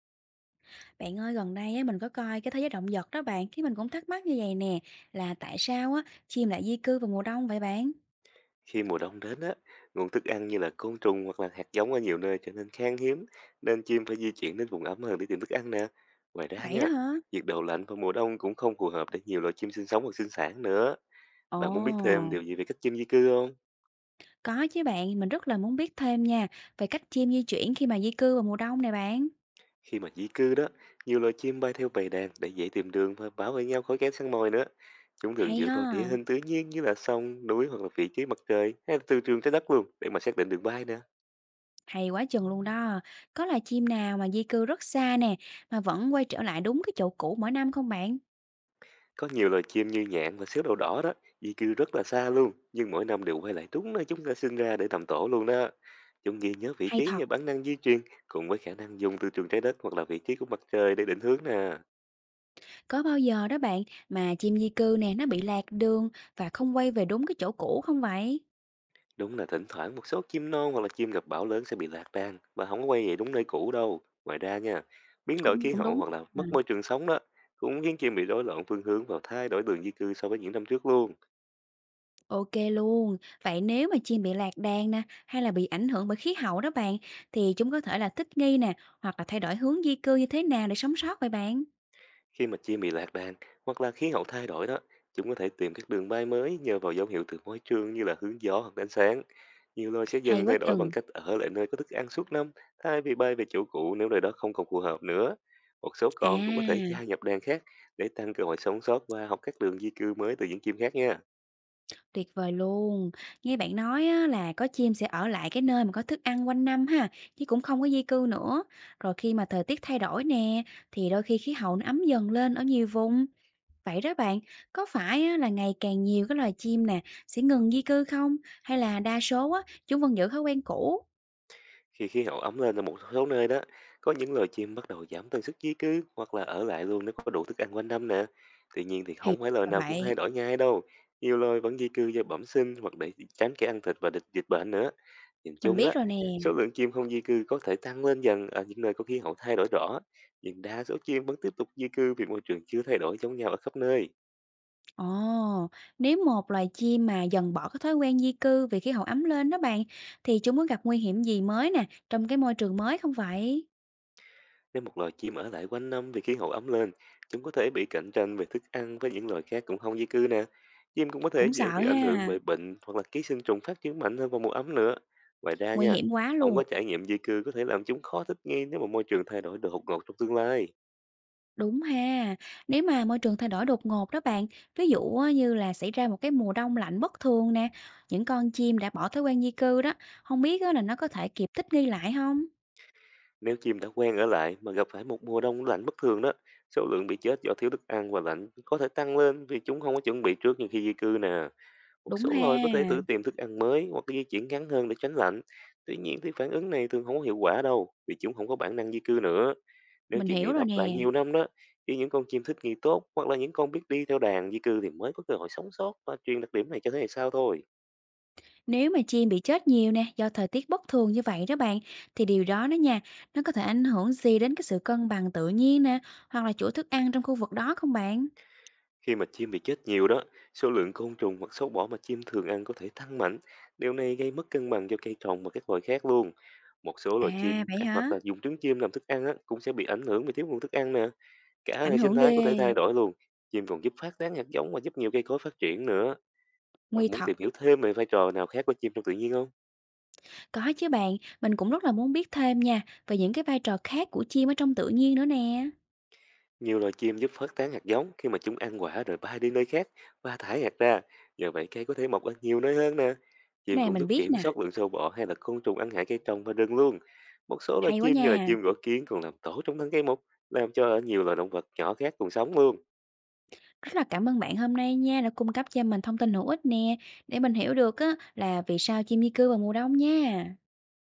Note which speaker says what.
Speaker 1: Bạn ơi, gần đây á, mình có coi cái thế giới động vật đó bạn, cái mình cũng thắc mắc như vậy nè, là tại sao á, chim lại di cư vào mùa đông vậy bạn?
Speaker 2: Khi mùa đông đến á, nguồn thức ăn như là côn trùng hoặc là hạt giống ở nhiều nơi trở nên khan hiếm, nên chim phải di chuyển đến vùng ấm hơn để tìm thức ăn nè. Ngoài ra
Speaker 1: Vậy
Speaker 2: nha,
Speaker 1: đó hả?
Speaker 2: nhiệt độ lạnh vào mùa đông cũng không phù hợp để nhiều loài chim sinh sống hoặc sinh sản nữa.
Speaker 1: Ồ,
Speaker 2: Bạn muốn biết thêm điều gì về cách chim di cư không?
Speaker 1: có chứ bạn, mình rất là muốn biết thêm nha, về cách chim di chuyển khi mà di cư vào mùa đông này bạn.
Speaker 2: Khi mà di cư đó, nhiều loài chim bay theo bầy đàn để dễ tìm đường và bảo vệ nhau khỏi kẻ săn mồi nữa. Chúng thường
Speaker 1: Hay
Speaker 2: dựa vào địa
Speaker 1: ha,
Speaker 2: hình tự nhiên như là sông, núi hoặc là vị trí mặt trời hay là từ trường trái đất luôn để mà xác định đường bay nè.
Speaker 1: hay quá chừng luôn đó. Có là chim nào mà di cư rất xa nè, mà vẫn quay trở lại đúng cái chỗ cũ mỗi năm không bạn?
Speaker 2: Có nhiều loài chim như nhạn và xếu đầu đỏ đó, di cư rất là xa luôn, nhưng mỗi năm đều quay lại đúng nơi chúng ta sinh ra để tầm tổ luôn đó. Chúng ghi nhớ vị
Speaker 1: Hay
Speaker 2: trí
Speaker 1: thật,
Speaker 2: nhờ bản năng di truyền, cùng với khả năng dùng từ trường trái đất hoặc là vị trí của mặt trời để định hướng nè.
Speaker 1: có bao giờ đó bạn mà chim di cư nè nó bị lạc đường và không quay về đúng cái chỗ cũ không vậy?
Speaker 2: Đúng là thỉnh thoảng một số chim non hoặc là chim gặp bão lớn sẽ bị lạc đàn và không có quay về đúng nơi cũ đâu. Ngoài ra nha, biến đổi
Speaker 1: Cũng
Speaker 2: khí
Speaker 1: cũng
Speaker 2: hậu
Speaker 1: đúng.
Speaker 2: hoặc là
Speaker 1: À.
Speaker 2: mất môi trường sống đó cũng khiến chim bị rối loạn phương hướng và thay đổi đường di cư so với những năm trước luôn.
Speaker 1: OK luôn. Vậy nếu mà chim bị lạc đàn nè, hay là bị ảnh hưởng bởi khí hậu đó bạn, thì chúng có thể là thích nghi nè, hoặc là thay đổi hướng di cư như thế nào để sống sót vậy bạn?
Speaker 2: Khi mà chim bị lạc đàn hoặc là khí hậu thay đổi đó, chúng có thể tìm các đường bay mới nhờ vào dấu hiệu từ môi trường như là hướng gió hoặc ánh sáng. Nhiều loài sẽ
Speaker 1: Hay
Speaker 2: dần
Speaker 1: quá
Speaker 2: thay đổi bằng
Speaker 1: chừng.
Speaker 2: cách ở lại nơi có thức ăn suốt năm thay vì bay về chỗ cũ nếu nơi đó không còn phù hợp nữa. Một số con cũng có thể
Speaker 1: À,
Speaker 2: gia nhập đàn khác để tăng cơ hội sống sót và học các đường di cư mới từ những chim khác nha.
Speaker 1: tuyệt vời luôn. Nghe bạn nói á, là có chim sẽ ở lại cái nơi mà có thức ăn quanh năm ha, chứ cũng không có di cư nữa. Rồi khi mà thời tiết thay đổi nè, thì đôi khi khí hậu nó ấm dần lên ở nhiều vùng, vậy đó bạn, có phải á, là ngày càng nhiều cái loài chim nè sẽ ngừng di cư không? Hay là đa số á, chúng vẫn giữ thói quen cũ?
Speaker 2: Khi khí hậu ấm lên ở một số nơi đó, có những loài chim bắt đầu giảm tần suất di cư hoặc là ở lại luôn nếu có đủ thức ăn quanh năm nè. Tuy nhiên thì
Speaker 1: Thì
Speaker 2: không phải loài
Speaker 1: là
Speaker 2: nào cũng thay
Speaker 1: vậy,
Speaker 2: đổi ngay đâu. Nhiều loài vẫn di cư do bẩm sinh hoặc để tránh kẻ ăn thịt và địch dịch bệnh nữa. Nhìn
Speaker 1: mình
Speaker 2: chung
Speaker 1: biết
Speaker 2: đó,
Speaker 1: rồi nè.
Speaker 2: số lượng chim không di cư có thể tăng lên dần ở những nơi có khí hậu thay đổi rõ. Nhưng đa số chim vẫn tiếp tục di cư vì môi trường chưa thay đổi giống nhau ở khắp nơi.
Speaker 1: Ồ, nếu một loài chim mà dần bỏ cái thói quen di cư vì khí hậu ấm lên đó bạn, thì chúng có gặp nguy hiểm gì mới nè trong cái môi trường mới không vậy?
Speaker 2: Nếu một loài chim ở lại quanh năm vì khí hậu ấm lên, chúng có thể bị cạnh tranh về thức ăn với những loài khác cũng không di cư nè. Chim cũng có thể
Speaker 1: Cũng
Speaker 2: dễ
Speaker 1: sợ
Speaker 2: bị ảnh hưởng
Speaker 1: ha,
Speaker 2: bởi bệnh hoặc là ký sinh trùng phát triển mạnh hơn vào mùa ấm nữa. Ngoài ra
Speaker 1: nguy
Speaker 2: nha,
Speaker 1: hiểm quá
Speaker 2: không
Speaker 1: luôn.
Speaker 2: có trải nghiệm di cư có thể làm chúng khó thích nghi nếu mà môi trường thay đổi đột ngột trong tương lai.
Speaker 1: Đúng ha. Nếu mà môi trường thay đổi đột ngột đó bạn, ví dụ á, như là xảy ra một cái mùa đông lạnh bất thường nè, những con chim đã bỏ thói quen di cư đó, không biết á là nó có thể kịp thích nghi lại không?
Speaker 2: Nếu chim đã quen ở lại mà gặp phải một mùa đông lạnh bất thường đó, số lượng bị chết do thiếu thức ăn và lạnh có thể tăng lên vì chúng không có chuẩn bị trước như khi di cư nè. Một
Speaker 1: Đúng
Speaker 2: số loài có thể tự
Speaker 1: ha,
Speaker 2: tìm thức ăn mới hoặc di chuyển ngắn hơn để tránh lạnh. Tuy nhiên thì phản ứng này thường không có hiệu quả đâu, vì chúng không có bản năng di cư nữa. Nếu
Speaker 1: mình
Speaker 2: chuyện này
Speaker 1: hiểu rồi
Speaker 2: lặp lại
Speaker 1: nè.
Speaker 2: nhiều năm đó, thì những con chim thích nghi tốt hoặc là những con biết đi theo đàn di cư thì mới có cơ hội sống sót và truyền đặc điểm này cho thế hệ sau thôi.
Speaker 1: Nếu mà chim bị chết nhiều nè, do thời tiết bất thường như vậy đó bạn, thì điều đó đó nha, nó có thể ảnh hưởng gì đến cái sự cân bằng tự nhiên nè, hoặc là chuỗi thức ăn trong khu vực đó không bạn?
Speaker 2: Khi mà chim bị chết nhiều đó, số lượng côn trùng hoặc sâu bọ mà chim thường ăn có thể tăng mạnh. Điều này gây mất cân bằng cho cây trồng và các loài khác luôn. Một số loài
Speaker 1: À,
Speaker 2: chim
Speaker 1: vậy
Speaker 2: ăn
Speaker 1: hả?
Speaker 2: hoặc là dùng trứng chim làm thức ăn á, cũng sẽ bị ảnh hưởng vì thiếu nguồn thức ăn nè. Cả
Speaker 1: Ảnh
Speaker 2: hệ sinh
Speaker 1: hưởng
Speaker 2: thái có thể
Speaker 1: ghê,
Speaker 2: thay đổi luôn, chim còn giúp phát tán hạt giống và giúp nhiều cây cối phát triển nữa.
Speaker 1: nguy
Speaker 2: Bạn muốn
Speaker 1: thật.
Speaker 2: tìm hiểu thêm về vai trò nào khác của chim trong tự nhiên không?
Speaker 1: Có chứ bạn, mình cũng rất là muốn biết thêm nha, về những cái vai trò khác của chim ở trong tự nhiên nữa nè.
Speaker 2: Nhiều loài chim giúp phát tán hạt giống khi mà chúng ăn quả rồi bay đi nơi khác và thải hạt ra. Nhờ vậy cây có thể mọc ở nhiều nơi hơn nè.
Speaker 1: Cái
Speaker 2: Chim
Speaker 1: này
Speaker 2: cũng
Speaker 1: mình
Speaker 2: giúp
Speaker 1: biết
Speaker 2: kiểm
Speaker 1: nè,
Speaker 2: soát lượng sâu bọ hay là côn trùng ăn hại cây trồng và rừng luôn. Một số loài
Speaker 1: hay quá
Speaker 2: chim như là
Speaker 1: nha.
Speaker 2: chim gỗ kiến còn làm tổ trong thân cây mục, làm cho ở nhiều loài động vật nhỏ khác cùng sống luôn.
Speaker 1: Rất là cảm ơn bạn hôm nay nha đã cung cấp cho mình thông tin hữu ích nè, để mình hiểu được á là vì sao chim di cư vào mùa đông nha.